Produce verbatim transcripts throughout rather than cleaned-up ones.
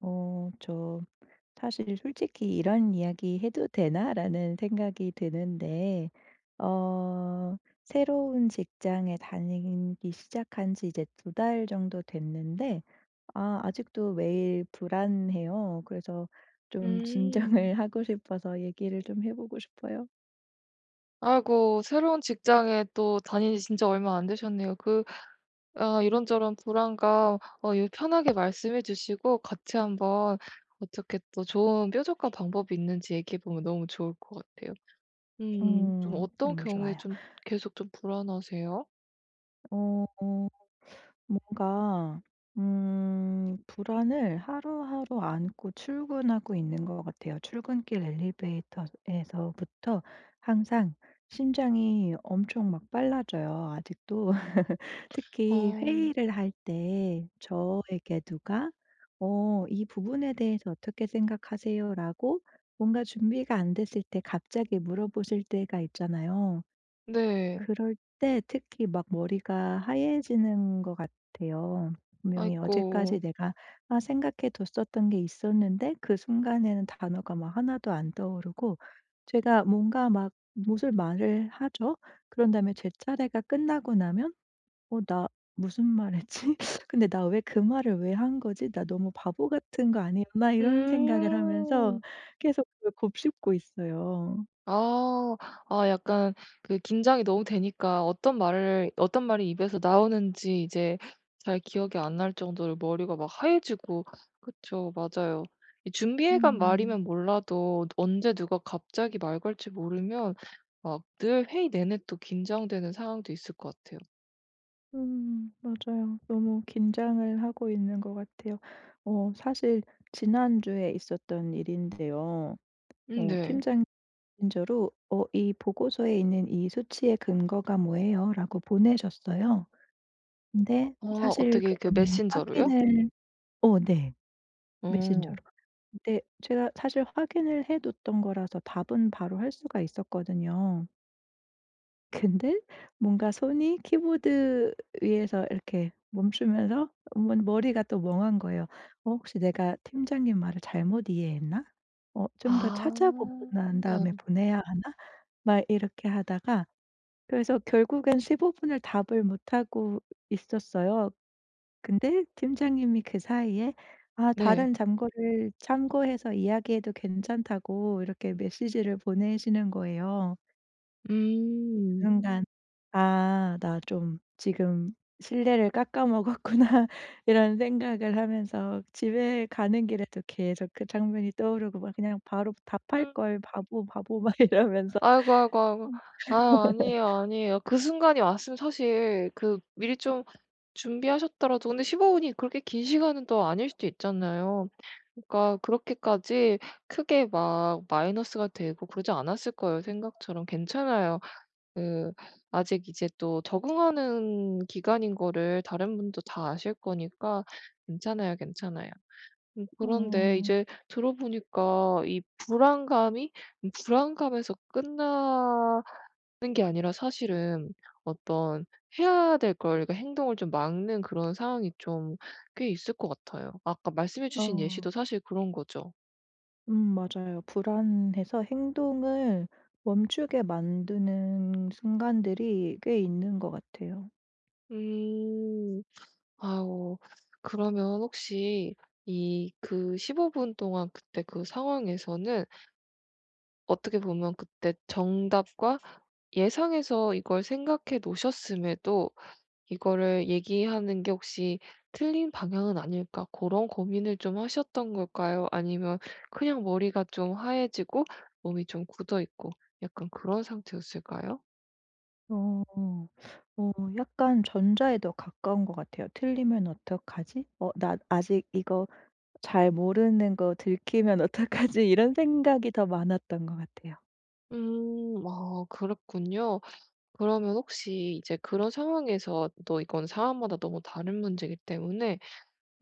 어 저 사실 솔직히 '이런 이야기 해도 되나?'라는 생각이 드는데, 어 새로운 직장에 다니기 시작한 지 이제 두 달 정도 됐는데 아 아직도 매일 불안해요. 그래서 좀 음. 진정을 하고 싶어서 얘기를 좀 해 보고 싶어요. 아이고, 새로운 직장에 또 다닌 지 진짜 얼마 안 되셨네요. 그 아 이런저런 불안감, 어 요 편하게 말씀해 주시고 같이 한번 어떻게 또 좋은 뾰족한 방법이 있는지 얘기해 보면 너무 좋을 것 같아요. 음. 좀 음 어떤 너무 경우에 좋아요. 좀 계속 좀 불안하세요? 어 뭔가 음 불안을 하루하루 안고 출근하고 있는 것 같아요. 출근길 엘리베이터에서부터 항상 심장이 엄청 막 빨라져요. 아직도 아. 특히 회의를 할 때 저에게 누가 "어 이 부분에 대해서 어떻게 생각하세요?"라고 뭔가 준비가 안 됐을 때 갑자기 물어보실 때가 있잖아요. 네. 그럴 때 특히 막 머리가 하얘지는 것 같아요. 분명히 어제까지 아이고. 내가 아 생각해 뒀었던 게 있었는데 그 순간에는 단어가 막 하나도 안 떠오르고 제가 뭔가 막 무슨 말을 하죠. 그런 다음에 제 차례가 끝나고 나면 '어 나 무슨 말 했지? 근데 나 왜 그 말을 왜 한 거지? 나 너무 바보 같은 거 아니었나?' 이런 생각을 하면서 음. 계속 그걸 곱씹고 있어요. 아. 아 약간 그 긴장이 너무 되니까 어떤 말을 어떤 말이 입에서 나오는지 이제 잘 기억이 안 날 정도로 머리가 막 하얘지고. 그쵸. 맞아요. 이 준비해 간 음. 말이면 몰라도 언제 누가 갑자기 말 걸지 모르면 막 늘 회의 내내 또 긴장되는 상황도 있을 것 같아요. 음 맞아요. 너무 긴장을 하고 있는 것 같아요. 어 사실 지난주에 있었던 일인데요. 음 어 팀 네. 장 메신저로 "어 이 보고서에 있는 이 수치의 근거가 뭐예요?"라고 보내셨어요. 근데 아 사실 어떻게 그 그거는 메신저로요? 확인을, 어 네. 메신저로. 어. 근데 제가 사실 확인을 해 뒀던 거라서 답은 바로 할 수가 있었거든요. 근데 뭔가 손이 키보드 위에서 이렇게 멈추면서 머 머리가 또 멍한 거예요. '어 혹시 내가 팀장님 말을 잘못 이해했나? 어 좀 더 찾아보고 아. 난 다음에 보내야 하나?' 막 이렇게 하다가, 그래서 결국엔 십오 분을 답을 못 하고 있었어요. 근데 팀장님이 그 사이에 "아 네. 다른 잠고를 참고해서 이야기해도 괜찮다."고 이렇게 메시지를 보내시는 거예요. 그 음. 순간 '아 나 좀 지금 실내를 깎아 먹었구나.' 이런 생각을 하면서 집에 가는 길에도 계속 그 장면이 떠오르고 막 그냥 바로 답할 음. 걸, 바보, 바보, 막 이러면서. 아이고, 아이고, 아이고. 아 아니에요, 아니에요. 그 순간이 왔으면 사실 그 미리 좀 준비하셨더라도, 근데 십오 분이 그렇게 긴 시간은 또 아닐 수도 있잖아요. 그러니까 그렇게까지 크게 막 마이너스가 되고 그러지 않았을 거예요, 생각처럼. 괜찮아요. 그 아직 이제 또 적응하는 기간인 거를 다른 분도 다 아실 거니까 괜찮아요, 괜찮아요. 음, 그런데 음 이제 들어 보니까 이 불안감이 불안감에서 끝나 하는 게 아니라 사실은 어떤 해야 될 걸, 그러니까 행동을 좀 막는 그런 상황이 좀 꽤 있을 것 같아요. 아까 말씀해 어 주신 예시도 사실 그런 거죠. 음 맞아요. 불안해서 행동을 멈추게 만드는 순간들이 꽤 있는 것 같아요. 음. 아우, 그러면 혹시 이 그 십오 분 동안 그때 그 상황에서는 어떻게 보면 그때 정답과 예상해서 이걸 생각해 놓으셨음에도 이거를 얘기하는 게 혹시 틀린 방향은 아닐까 그런 고민을 좀 하셨던 걸까요? 아니면 그냥 머리가 좀 하얘지고 몸이 좀 굳어 있고 약간 그런 상태였을까요? 어 어 약간 전자에 더 가까운 것 같아요. '틀리면 어떡하지? 어 나 아직 이거 잘 모르는 거 들키면 어떡하지?' 이런 생각이 더 많았던 것 같아요. 음. 아 그렇군요. 그러면 혹시 이제 그런 상황에서, 또 이건 사람마다 너무 다른 문제이기 때문에,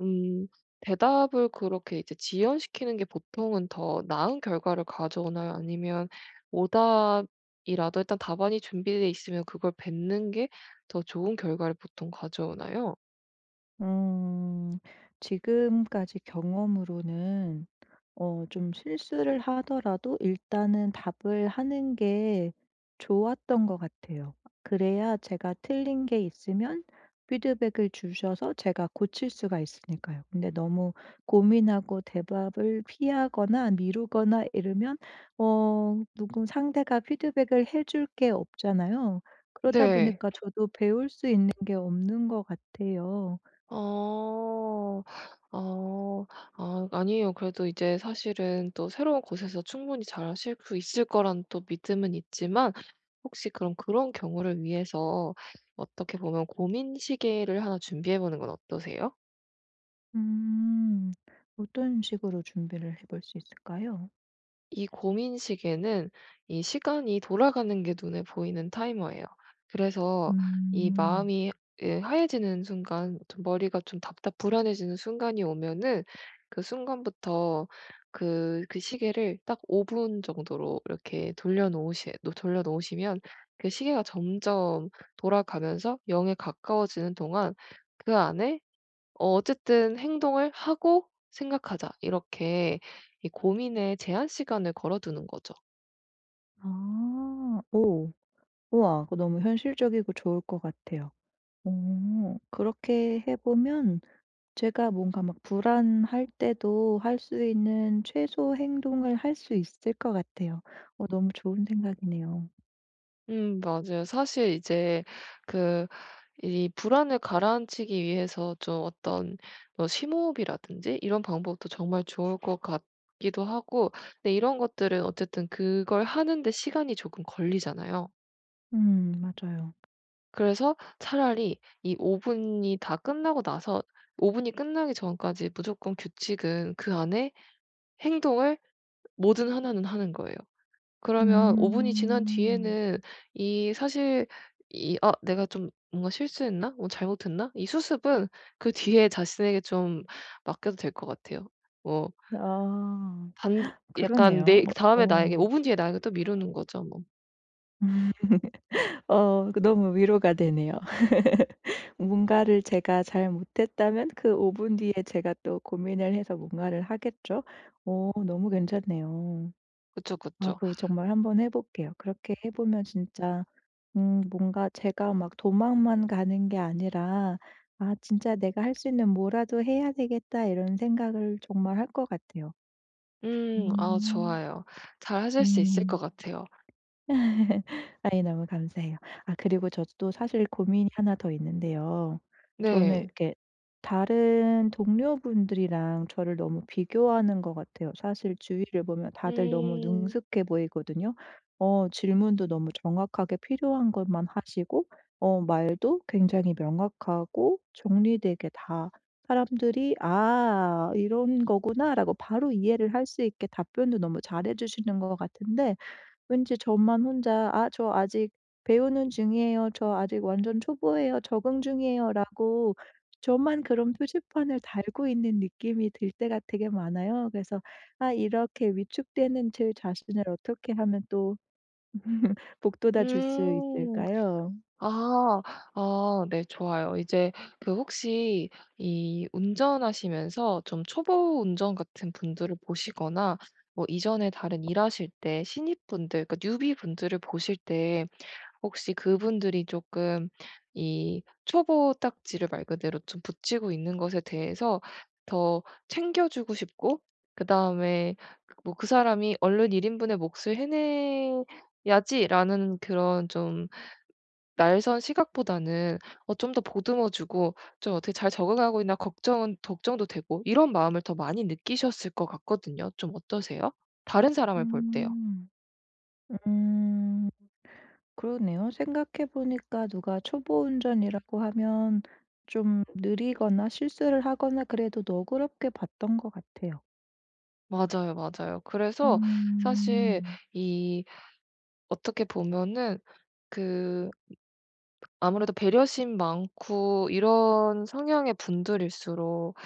음, 대답을 그렇게 이제 지연시키는 게 보통은 더 나은 결과를 가져오나요? 아니면 오답이라도 일단 답안이 준비돼 있으면 그걸 뱉는 게 더 좋은 결과를 보통 가져오나요? 음. 지금까지 경험으로는 어 좀 실수를 하더라도 일단은 답을 하는 게 좋았던 것 같아요. 그래야 제가 틀린 게 있으면 피드백을 주셔서 제가 고칠 수가 있으니까요. 근데 너무 고민하고 대답을 피하거나 미루거나 이러면 어 누군 상대가 피드백을 해줄 게 없잖아요. 그러다 네. 보니까 저도 배울 수 있는 게 없는 것 같아요. 어. 어. 아 아니에요. 그래도 이제 사실은 또 새로운 곳에서 충분히 잘하실 수 있을 거란 또 믿음은 있지만, 혹시 그럼 그런 경우를 위해서 어떻게 보면 고민 시계를 하나 준비해 보는 건 어떠세요? 음. 어떤 식으로 준비를 해볼 수 있을까요? 이 고민 시계는 이 시간이 돌아가는 게 눈에 보이는 타이머예요. 그래서 이 음. 마음이 예 하얘지는 순간, 좀 머리가 좀 답답 불안해지는 순간이 오면은 그 순간부터 그 그 시계를 딱 오 분 정도로 이렇게 돌려 놓으시 노 돌려 놓으시면 그 시계가 점점 돌아가면서 영에 가까워지는 동안 그 안에 어 어쨌든 "행동을 하고 생각하자." 이렇게 이 고민에 제한 시간을 걸어 두는 거죠. 아. 오. 우와. 그거 너무 현실적이고 좋을 것 같아요. 어. 그렇게 해 보면 제가 뭔가 막 불안할 때도 할 수 있는 최소 행동을 할 수 있을 것 같아요. 어 너무 좋은 생각이네요. 음 맞아요. 사실 이제 그 이 불안을 가라앉히기 위해서 좀 어떤, 뭐 심호흡이라든지 이런 방법도 정말 좋을 것 같기도 하고. 근데 이런 것들은 어쨌든 그걸 하는 데 시간이 조금 걸리잖아요. 음 맞아요. 그래서 차라리 이 오 분이 다 끝나고 나서, 오 분이 끝나기 전까지 무조건 규칙은 그 안에 행동을 뭐든 하나는 하는 거예요. 그러면 오 분이 지난 음. 뒤에는 이 사실 이 '아 내가 좀 뭔가 실수했나? 뭐 잘못했나?' 이 수습은 그 뒤에 자신에게 좀 맡겨도 될 것 같아요. 뭐 아. 반 약간 그러네요. 내 그 어 다음에 나에게 어. 오 분 뒤에 나에게 또 미루는 거죠 뭐. 어 그 너무 위로가 되네요. 뭔가를 제가 잘 못했다면 그 오 분 뒤에 제가 또 고민을 해서 뭔가를 하겠죠. 오 너무 괜찮네요. 그쵸, 아 그쵸. 그거 정말 한번 해 볼게요. 그렇게 해 보면 진짜 음 뭔가 제가 막 도망만 가는 게 아니라 '아 진짜 내가 할 수 있는 뭐라도 해야 되겠다.' 이런 생각을 정말 할 것 같아요. 음 아 음. 좋아요. 잘 하실 수 있을 것 음. 같아요. 아이 너무 감사해요. 아 그리고 저도 사실 고민이 하나 더 있는데요. 저는 네. 이렇게 다른 동료분들이랑 저를 너무 비교하는 것 같아요. 사실 주위를 보면 다들 너무 음. 능숙해 보이거든요. 어 질문도 너무 정확하게 필요한 것만 하시고 어 말도 굉장히 명확하고 정리되게 다 사람들이 '아 이런 거구나.'라고 바로 이해를 할 수 있게 답변도 너무 잘해 주시는 것 같은데, 왠지 저만 혼자 "아 저 아직 배우는 중이에요. 저 아직 완전 초보예요. 적응 중이에요."라고 저만 그런 표지판을 달고 있는 느낌이 들 때가 되게 많아요. 그래서 '아 이렇게 위축되는 제 자신을 어떻게 하면 또 북돋아 줄 수 음. 있을까요?' 아. 아 네 좋아요. 이제 그 혹시 이 운전하시면서 좀 초보 운전 같은 분들을 보시거나 뭐 이전에 다른 일하실 때 신입분들, 그러니까 뉴비 분들을 보실 때 혹시 그분들이 조금 이 초보 딱지를 말 그대로 좀 붙이고 있는 것에 대해서 더 챙겨 주고 싶고, 그다음에 뭐 '그 사람이 얼른 일 인분의 몫을 해내야지.'라는 그런 좀 날선 시각보다는 어 좀 더 보듬어 주고 좀 어떻게 잘 적응하고 있나 걱정은, 걱정도 되고, 이런 마음을 더 많이 느끼셨을 것 같거든요. 좀 어떠세요? 다른 사람을 볼 때요. 음. 음. 그러네요. 생각해 보니까 누가 초보 운전이라고 하면 좀 느리거나 실수를 하거나 그래도 너그럽게 봤던 것 같아요. 맞아요, 맞아요. 그래서 사실 음. 이, 어떻게 보면은 그 아무래도 배려심 많고 이런 성향의 분들일수록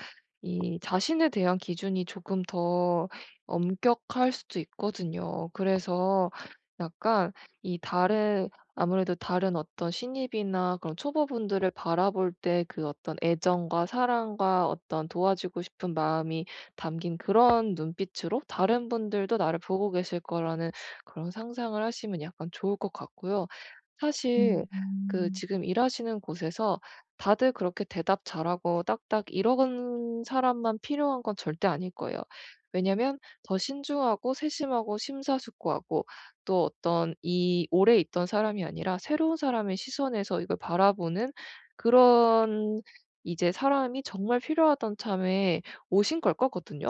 이 자신에 대한 기준이 조금 더 엄격할 수도 있거든요. 그래서 약간 이 다른 아무래도 다른 어떤 신입이나 그런 초보분들을 바라볼 때 그 어떤 애정과 사랑과 어떤 도와주고 싶은 마음이 담긴 그런 눈빛으로 다른 분들도 나를 보고 계실 거라는 그런 상상을 하시면 약간 좋을 것 같고요. 사실 그 음. 지금 일하시는 곳에서 다들 그렇게 대답 잘하고 딱딱 이런 사람만 필요한 건 절대 아닐 거예요. 왜냐면 더 신중하고 세심하고 심사숙고하고 또 어떤 이 오래 있던 사람이 아니라 새로운 사람의 시선에서 이걸 바라보는 그런, 이제 사람이 정말 필요하던 참에 오신 걸 거거든요.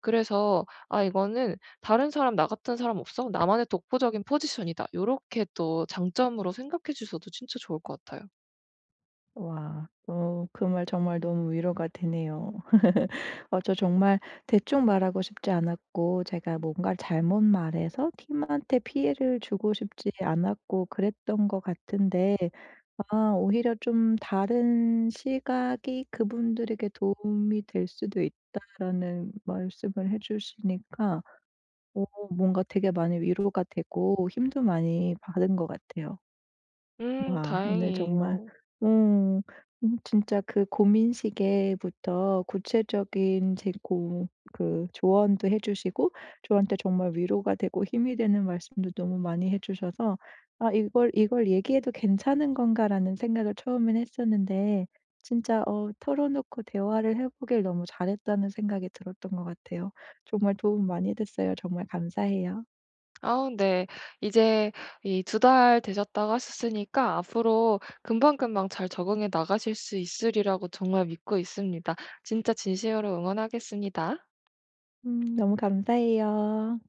그래서 '아 이거는 다른 사람, 나 같은 사람 없어. 나만의 독보적인 포지션이다.' 요렇게 또 장점으로 생각해 주셔도 진짜 좋을 것 같아요. 와. 어 그 말 정말 너무 위로가 되네요. 어 저 정말 대충 말하고 싶지 않았고 제가 뭔가를 잘못 말해서 팀한테 피해를 주고 싶지 않았고 그랬던 것 같은데, 아 오히려 좀 다른 시각이 그분들에게 도움이 될 수도 있다라는 말씀을 해 주시니까 오, 뭔가 되게 많이 위로가 되고 힘도 많이 받은 것 같아요. 음 와 오늘 정말 다행이에요. 음 음 진짜 그 고민 시계부터 구체적인 제고, 그 조언도 해 주시고 저한테 정말 위로가 되고 힘이 되는 말씀도 너무 많이 해 주셔서 '아 이걸 이걸 얘기해도 괜찮은 건가.'라는 생각을 처음엔 했었는데, 진짜 어 털어 놓고 대화를 해 보길 너무 잘했다는 생각이 들었던 것 같아요. 정말 도움 많이 됐어요. 정말 감사해요. 아 근데 이제 이 두 달 되셨다고 하셨으니까 앞으로 금방금방 잘 적응해 나가실 수 있으리라고 정말 믿고 있습니다. 진짜 진심으로 응원하겠습니다. 음 너무 감사해요.